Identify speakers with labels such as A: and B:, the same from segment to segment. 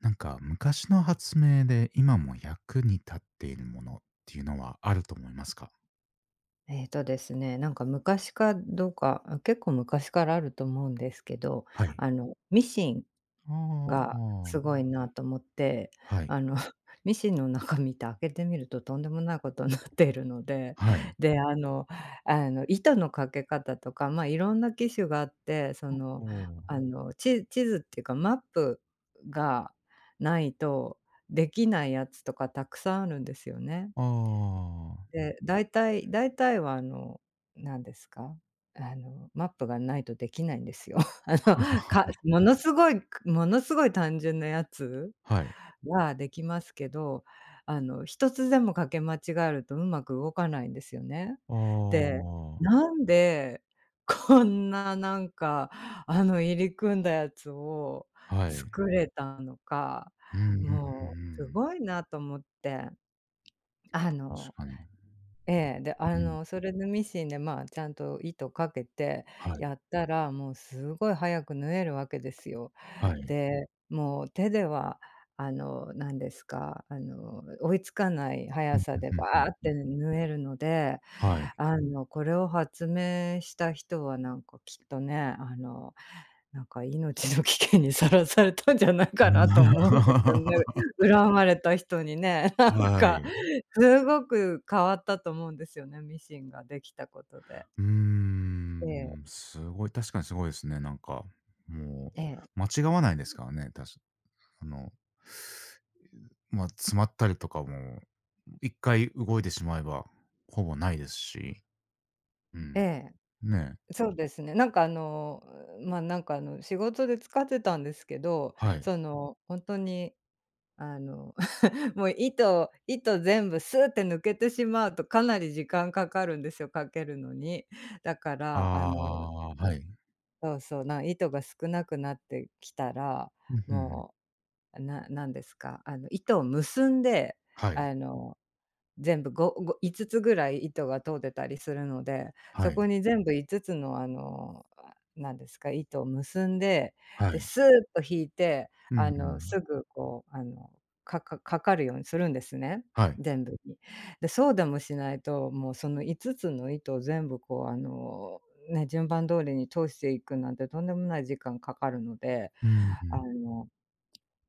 A: なんか昔の発明で今も役に立っているものっていうのはあると思いますか？
B: えっとですね、なんか昔かどうか、あ、結構昔からあると思うんですけど、
A: はい。
B: ミシン
A: ああ、
B: が
A: あ
B: すご
A: あ。
B: いなと思って、
A: はい。
B: あの、ミシンの中見て開けてみるととんでもないことになっているので、
A: はい。
B: で、糸のかけ方とか、いろんな機種があって、
A: お
B: 地図っていうかマップがないとできないやつとかたくさんあるんですよね。
A: ああ。
B: で、大体は何ですか、マップがないとできないんですよ。あの、かものすごいものすごい単純なやつ
A: はい。
B: はできますけど、一つでもかけ間違えるとうまく動かないんですよね。
A: あ
B: で、
A: あ。
B: なんで、こんななんか、入り組んだやつを
A: はい。
B: 作れたのか、
A: うんうんうんう
B: もうす
A: ん。
B: ごいなと思って、あ
A: 確
B: の
A: かに。
B: ええ、で、
A: うん。
B: それでミシンで、まあ、ちゃんと糸かけて
A: は
B: や
A: い。
B: ったら、もうすごい早く縫えるわけですよ。
A: はい。
B: で、もう手では、何ですか、追いつかない
A: う
B: 速
A: ん、
B: さ
A: うん
B: で
A: うんうん
B: バーっ
A: う
B: て縫えるので、
A: ん。はい。
B: これを発明した人はなんかきっとね、なんか命の危険にさらされたんじゃないかなと思うんですよね。恨まれた人にね、なん
A: は
B: か。
A: い。
B: すごく変わったと思うんですよね、ミシンができたことで。
A: うー
B: ええ、
A: ん、すごい、確かにすごいですね、なんか。も
B: ええ。
A: う間違わないですからね、確あの、まあ、詰まったりとかも、一回動いてしまえば、ほぼないですし、う
B: え
A: ん、
B: え、
A: ねえ、
B: そうですね。なんかまあ、なんか仕事で使ってたんですけど、
A: はい。
B: その、ほんとにあの もう糸全部スーって抜けてしまうとかなり時間かかるんですよ、かけるのに。だから、
A: ああ、はい。
B: そうそう、糸が少なくなってきたら、
A: うん、ふんふん。
B: もう、ななんですか、糸を結んで、
A: はい、
B: あの全部5つぐらい糸が通ってたりするので、
A: は
B: そ
A: い、
B: こに全部5つのなんですか、糸を結んで、
A: は
B: で、
A: い。
B: スーッと引いて、
A: うんうん。
B: すぐこう、かかるようにするんですね、
A: はい。
B: 全部に。で、そうでもしないと、もうその5つの糸を全部こう、ね、順番通りに通していくなんてとんでもない時間かかるので、
A: うんふ
B: あ
A: ん。
B: の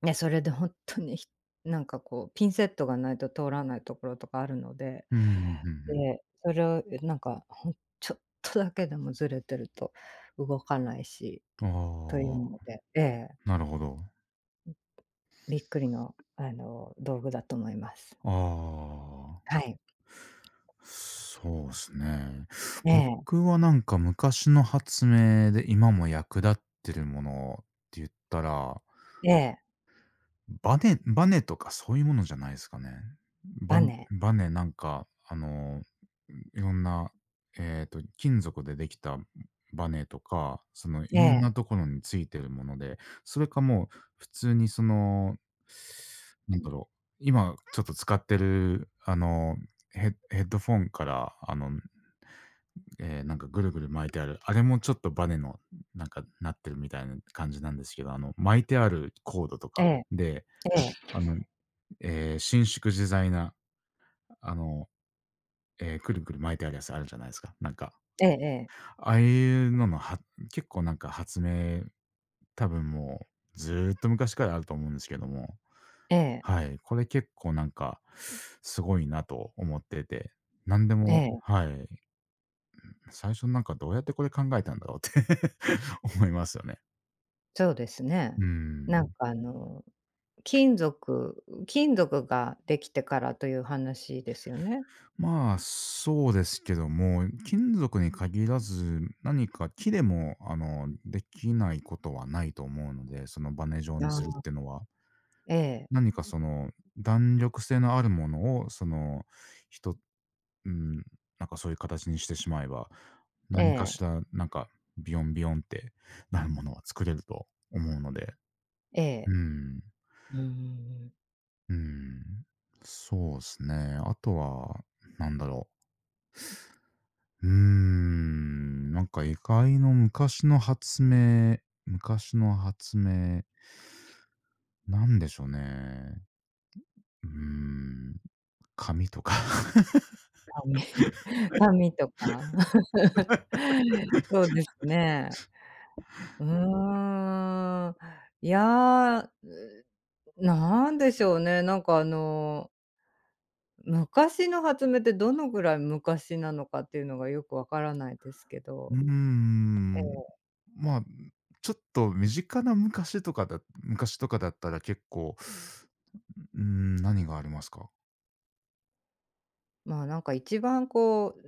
B: ね、それで本当になんかこうピンセットがないと通らないところとかあるので、
A: うんふん、ふん
B: で、それをなんか、ちょっとだけでもずれてると動かないし、
A: ふん。
B: とい
A: あ
B: うのでええ、
A: あ、なるほど。
B: びっくりのあの道具だと思います。
A: ああ、
B: はい。
A: そうすね。
B: ええ、
A: 僕はなんか昔の発明で今も役立ってるものって言ったら
B: ええ、
A: バネとかそういうものじゃないですかね。バ
B: バネ。
A: バネなんか、あの、いろんな、金属でできたバネとか、その、い
B: え
A: ろんな
B: え、
A: ところについてるもので、それかもう普通にその、なんだろう、今ちょっと使ってる、あの、ヘッドフォンから、あの、ええ、なんかぐるぐる巻いてある、あれもちょっとバネのなんかなってるみたいな感じなんですけど、あの、巻いてあるコードと
B: え
A: か
B: え、
A: で
B: ええ、
A: あの、伸縮自在な、あの、くるくる巻いてあるやつあるじゃないですか。なんか、
B: ええええ、
A: ああいうのの、は結構なんか発明、多分もうずーっと昔からあると思うんですけども。はい、これ結構なんかすごいなと思ってて、なんで
B: え
A: も
B: え、
A: はい、最初なんかどうやってこれ考えたんだろうって 思いますよね。
B: そうです
A: う
B: ね。
A: ー
B: なん
A: ん。
B: か金属ができてからという話ですよね？
A: まあ、そうですけども、金属に限らず、何か木でも、あの、できないことはないと思うので、そのバネ状に
B: あ
A: するっ
B: あ。
A: てのは。
B: ええ、
A: 何かその、弾力性のあるものを、その、ひとうん、なんかそういう形にしてしまえば、
B: え
A: 何か
B: え、
A: しら、なんか、ビヨンビヨンってなるものは作れると思うので。
B: ええ。
A: うん。
B: うんん
A: うん。そうですね。あとは、なんだろう。うーん、なんか異界の昔の発明、なんでしょうね。うーん、紙とか。
B: 甘味甘味 とか。そうですね。うーん。いや、なんでしょうね、なんか昔の発明ってどのぐらい昔なのかっていうのがよくわからないですけ
A: う
B: ど。
A: ーん、まあ、ちょっと身近な昔とかだったら結構、うーん、何がありますか？
B: まあ、なんか一番こう、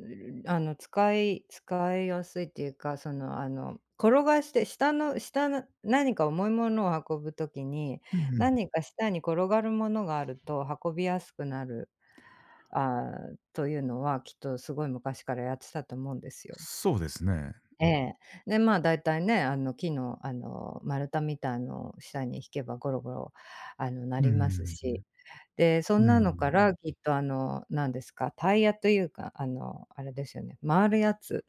B: 使いやすいっていうか、転がして下の何か重いものを運ぶときに、
A: うん
B: 何か下に転がるものがあると運びやすくなる、あというのは、きっとすごい昔からやってたと思うんですよ。
A: そうですね。
B: ええ。で、まあ、だいたいね、木の、丸太みたいのを下に引けばゴロゴロ、鳴
A: う
B: ります
A: ん、
B: し、で、そ
A: うん、
B: ん
A: う
B: なの
A: ん、
B: からきっと、なんですか、タイヤというか、あれですよね、回るやつ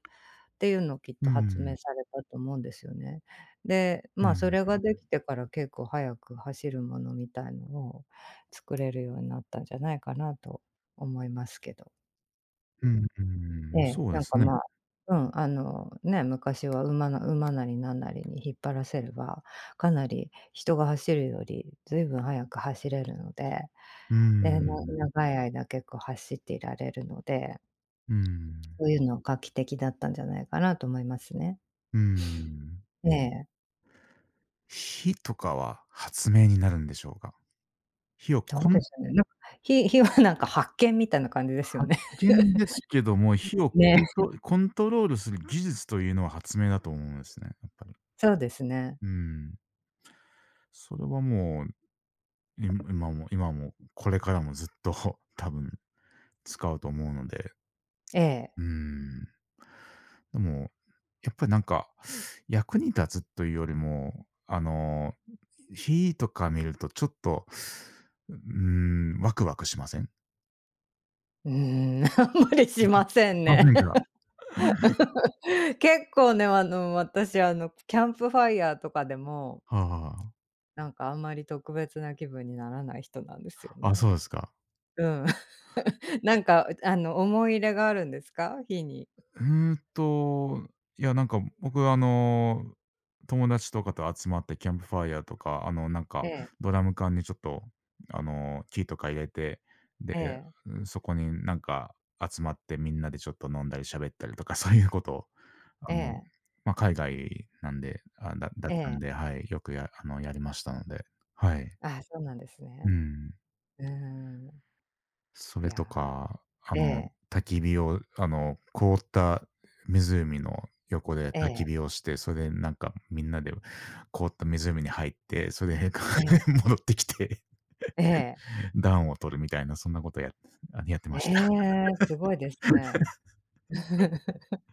B: っていうのをきっ
A: う
B: と発明
A: ん、
B: されたと思うんですよね。で、
A: う
B: まあ、そ
A: ん、
B: れができてから結構早く走るものみたいのを作れるようになったんじゃないかなと思いますけど。
A: う
B: え
A: ん、
B: え、
A: そうで
B: なん
A: す
B: か、
A: ね。
B: まあ、うん、ね、昔は馬なりなんなりに引っ張らせれば、かなり人が走るよりずいぶん速く走れるので、
A: う
B: で、
A: ん、
B: 長い間結構走っていられるので、
A: うん、
B: そういうの画期的だったんじゃないかなと思いますね。
A: うーん。
B: ええ、
A: 火とかは発明になるんでしょうか？火を
B: どう
A: コン
B: でしょうね。なんか、火はなんか発見みたいな感じですよ
A: 発
B: ね。
A: 見ですけども、火をコ
B: ね。
A: ントコントロールする技術というのは発明だと思うんですね、やっぱり。
B: そうですね。
A: うん。それはもう、い今も今もこれからもずっと 多分使うと思うので、
B: ええ。
A: うん。でも、やっぱりなんか、役に立つというよりも、あの、火とか見るとちょっと、うん、ワクワクしません？
B: うーん、あんまりしません
A: ませ
B: ね。
A: んか。
B: 結構ね、私、キャンプファイヤーとかでも、
A: はあは
B: なんかあんまり特別な気分にならない人なんですよ
A: あ。
B: ね。
A: あ、そうですか。
B: うん。なんか、思い入れがあるんですか？火に。
A: うーんと、いや、なんか僕あの、友達とかと集まってキャンプファイヤーとか、あの、なん
B: え
A: か
B: え、
A: ドラム缶にちょっと、あの、木とか入れて、で、
B: ええ、
A: そこになんか集まってみんなでちょっと飲んだり喋ったりとか、そういうことを、あ
B: え
A: の、
B: え、
A: ま、海外なんで、あ、だだ
B: え
A: ったんで、
B: え。
A: はい、よくやあの、やりましたので、はい。
B: あ、そうなんです
A: う
B: ね。
A: ん。
B: うーん。
A: そ
B: い
A: れ
B: や
A: とか、あ
B: ー、え
A: の、
B: え、
A: 焚き火を、あの、凍った湖の横で
B: え
A: 焚き
B: え、
A: 火をして、それでなんかみんなで凍った湖に入って、それで
B: ええ、
A: 戻ってきて、
B: ええ。
A: 暖を取るみたいな、そんなことやって
B: え
A: ました。
B: え、すごいですね。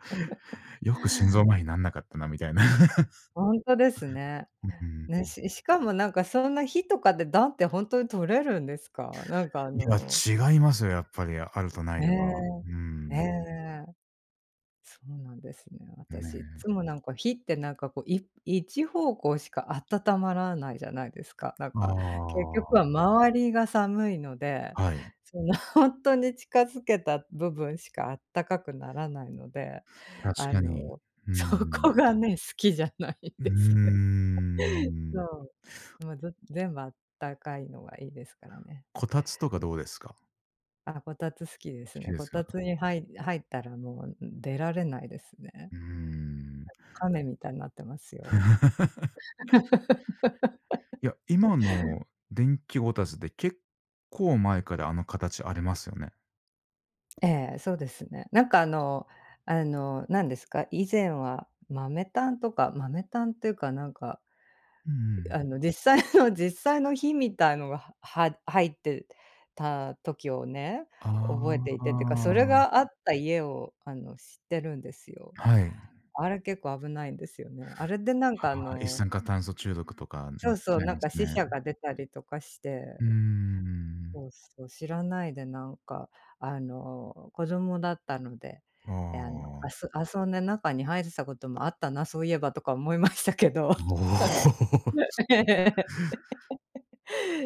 A: よく心臓麻痺なんなかったなみたいな。
B: ほんとですね。
A: うん。
B: ね、しかもなんかそんな火とかで暖ってほんとに取れるんですか？なんか
A: いや、違いますよ、やっぱり、あるとない
B: え
A: では。
B: え、
A: う
B: え
A: ん。
B: え。そうなんですね。
A: ね
B: 私い
A: え。
B: つもなんか火ってなんかこう、一方向しか温まらないじゃないですか。なん
A: あ
B: か結局は
A: あ、
B: 周りが寒いので、
A: はい。
B: そのほんと に近づけた部分しかあったかくならないので、
A: 確
B: あ
A: か
B: の、
A: に。う
B: そ
A: ん。
B: こがね、好きじゃないん
A: う
B: ですよ。
A: ーん。
B: そう。もうず全部あったかいのがいいですからね。
A: こたつとかどうですか？
B: あ、こたつ好きで
A: 好
B: す
A: き
B: ね。
A: で
B: こ
A: すか？
B: たつに入ったらもう、出られないですね。
A: うーん。
B: 亀みたいになってますよ。
A: いや、今の電気こたつって結構前からあの形ありますよね。
B: ええ、そうですね。なんか何ですか、以前は豆炭っていうかなんか、
A: うんん。
B: 実際の火みたいのが、入ってた時をね、覚えて
A: あ
B: いてっていうか、それ
A: あ。
B: があった家を知ってるんですよ。
A: はい。
B: あれ結構危ないんですよね。あれでなんか
A: ああ、一酸化炭素中毒とかな
B: そ
A: っ
B: うそ
A: ち
B: う、
A: ゃい
B: なん
A: ます
B: か死者
A: ね。
B: が出たりとかし
A: う
B: て、
A: ーん。
B: そうそう、知らないでなんか、子供だったので、
A: あ
B: え、あの、あ
A: あ。
B: す遊んで中に入ってたこともあったな、そういえばとか思いましたけど。
A: おお。
B: ええ。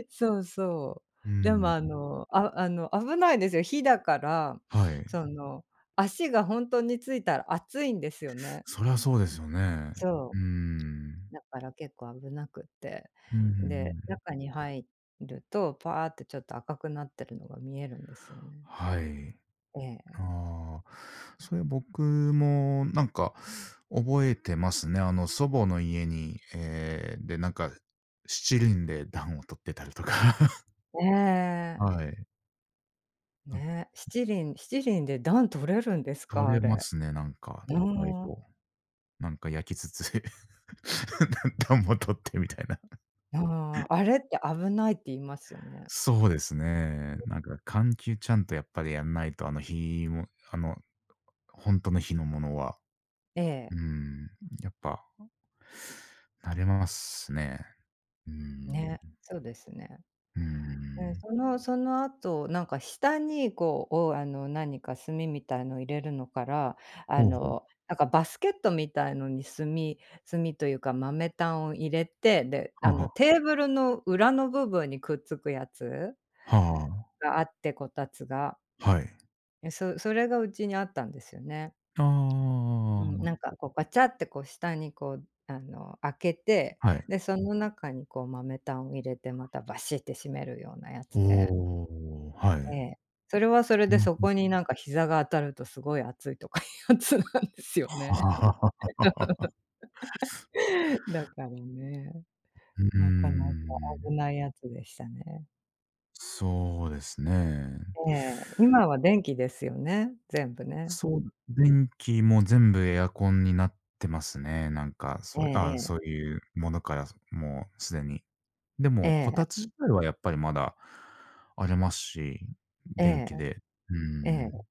B: そうそ
A: う
B: う。でも
A: ん。
B: 危ないですよ。火だから、
A: はい。
B: その、足がほんとについたら熱いんですよね。
A: そりゃそうですよね。う
B: そ
A: ーん。
B: う、だから結構危なくって。
A: ううんう
B: で、
A: ん。
B: 中に入ると、パーってちょっと赤くなってるのが見えるんですよね。
A: はい。
B: ええ。
A: ああ、それ僕もなんか覚えてますね。あの、祖母の家に、で、なんか七輪で暖を取ってたりとか。
B: ええ。
A: はい。
B: ね、七輪で弾取れるんです
A: 取
B: か、あ
A: れま
B: れ。
A: すね、なんか、
B: う
A: 意外
B: ん。
A: と。なんか焼きつつ 暖も取ってみたいな。
B: ああ、あれって危ないって言いますよね。
A: そうですね。なんか換気ちゃんとやっぱりやんないと、あの、火もあの、本当の火のものは、
B: え
A: う
B: え、
A: ん、やっぱ、慣れますね。う
B: ね、
A: ん。
B: そうですね。
A: うー
B: ね、
A: ん。
B: その後、なんか下にこう、おあの、何か炭みたいの入れるのから、
A: ほうほう。
B: なんかバスケットみたいのに炭というか豆炭を入れて、で、
A: はあは
B: テーブルの裏の部分にくっつくやつ
A: あ。は
B: があって、こたつが。
A: あ。はい。
B: それがうちにあったんですよね。
A: あ
B: うん、
A: あ、
B: なんかこうガチャってこう下にこう、開けて、
A: はい。
B: で、その中にこう豆炭を入れてまたバシって閉めるようなやつで、
A: おお、は
B: え
A: い。
B: え。それはそれ
A: う
B: で
A: ん、
B: そ
A: うん。
B: こになんか膝が当たるとすごい熱いとかいうやつなんですよね。だからね、
A: うー
B: なかなか
A: ん。
B: 危ないやつでしたね。
A: そうですね。
B: ええ、今は電気ですよね、全部ね。
A: そう、電気も全部エアコンになってますね。なんか、
B: え
A: そういうあ
B: え
A: あ、
B: え
A: そ
B: え。
A: ういうものから、もうすでに。で
B: え
A: も、こ
B: え、
A: たつ自体はやっぱりまだありますし、
B: え
A: 電気
B: え、
A: で。う
B: え
A: ー
B: え。
A: ん。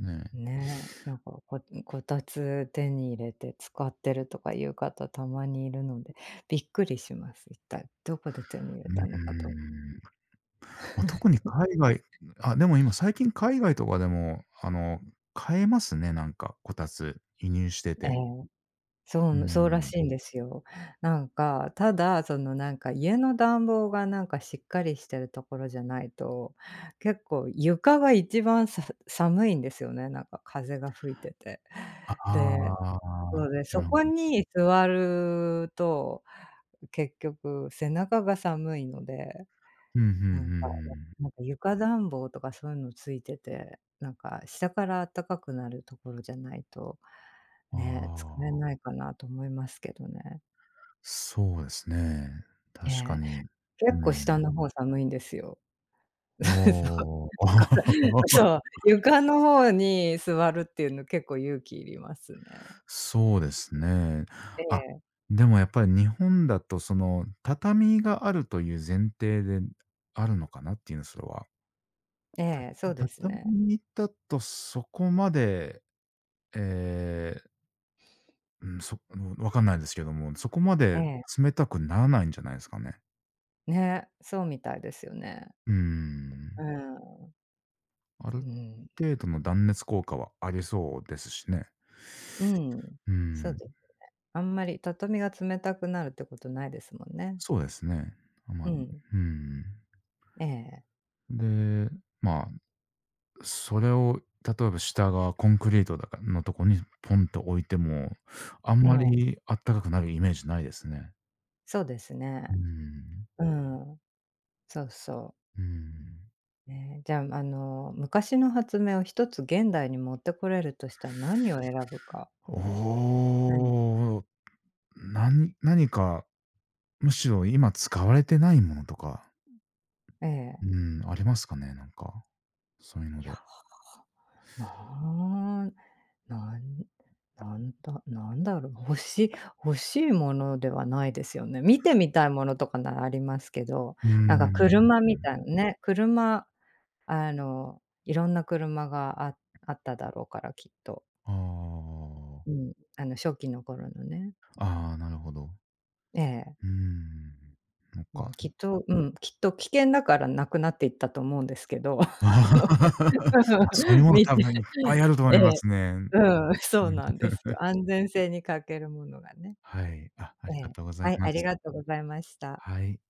A: ね。
B: ねえ、なんか、こたつ手に入れて使ってるとかいう方たまにいるので、びっくりします。一体どこで手に入
A: う
B: れ
A: ー
B: たのかと。
A: ん。ま、特に海外あ、でも今最近海外とかでも、あの、買えますね、なんか、こたつ、輸入して
B: え
A: て。
B: え、そ
A: うー
B: うそうら
A: ん。
B: しいんですよ。なんか、ただ、なんか、家の暖房が、なんか、しっかりしてるところじゃないと、結構床が一番寒いんですよね、なんか風が吹いてて。
A: あ
B: で、そ
A: あ、
B: うで、
A: な
B: そ
A: るほ
B: こ
A: ど。
B: に座ると、結局背中が寒いので、
A: うん、ふんふ
B: なんか、
A: ん
B: なんか床暖房とかそういうのついてて、なんか下からあったかくなるところじゃないと、
A: ふん。
B: ね、疲れ
A: ああ、
B: ないかなと思いますけどね。
A: そうですね。
B: え
A: 確か
B: え、
A: に。う
B: 結構下
A: ん。
B: の方寒いんですよ。そう。
A: おお。
B: だから、そう、床の方に座るっていうの結構勇気いりますね。
A: そうですね。あ、
B: え
A: でもやっぱり日本だとその、畳があるという前提であるのかなっていうの、それは。
B: え、ええ、そうですね。
A: 畳だとそこまで、ええ、うん、その、わかんないですけども、そこま
B: え
A: で
B: え。
A: 冷たくならないんじゃないですかね。
B: ね、そうみたいですよね。
A: うーん。
B: うん。
A: ある
B: うん、
A: 程度の断熱効果はありそうですしね。
B: うん、
A: うー
B: そう
A: ん、
B: であんまり畳が冷たくなるってことないですもんね。
A: そうですね。あま
B: う
A: り、
B: ん、
A: うーん。
B: ええ、
A: で、まあ、それを例えば下がコンクリートだかのとこにポンと置いても、あん
B: え
A: ま
B: え、
A: りあったかくなるイメージないですね。
B: そうです
A: うー
B: ね。
A: ん。
B: うん、そうそう。
A: うーん。
B: ね、じゃあ、昔の発明を一つ現代に持ってこれるとしたら何を選ぶか。
A: お
B: うん、
A: お、なに何か、むしろ今使われてないものとか、
B: ええ。
A: うん、ありますかね？なんか、そういうので。
B: ななん、なんだろう、欲しいものではないですよね。見てみたいものとかならありますけど、
A: うー
B: なんか
A: ん、
B: 車みたいなね、車、いろんな車があっただろうから、きっと。
A: あ
B: うん、初期の頃のね。
A: あ、ああ、なるほど。
B: ええ。
A: うーん、そっ
B: うん、
A: か。
B: きっと危険だからなくなっていったと思うんですけど、あ
A: ああ
B: の
A: ま、そういう もの
B: 見
A: 多
B: て
A: 分いっぱいあると思
B: え
A: いま
B: え、
A: すね。
B: うん、
A: う
B: そう
A: ん。
B: なんです よ。安全性に欠けるものがね。
A: はい、あ、あり
B: え
A: が
B: え。
A: とうござい
B: はい、
A: ま
B: あり
A: す。
B: がとうございました。
A: はい。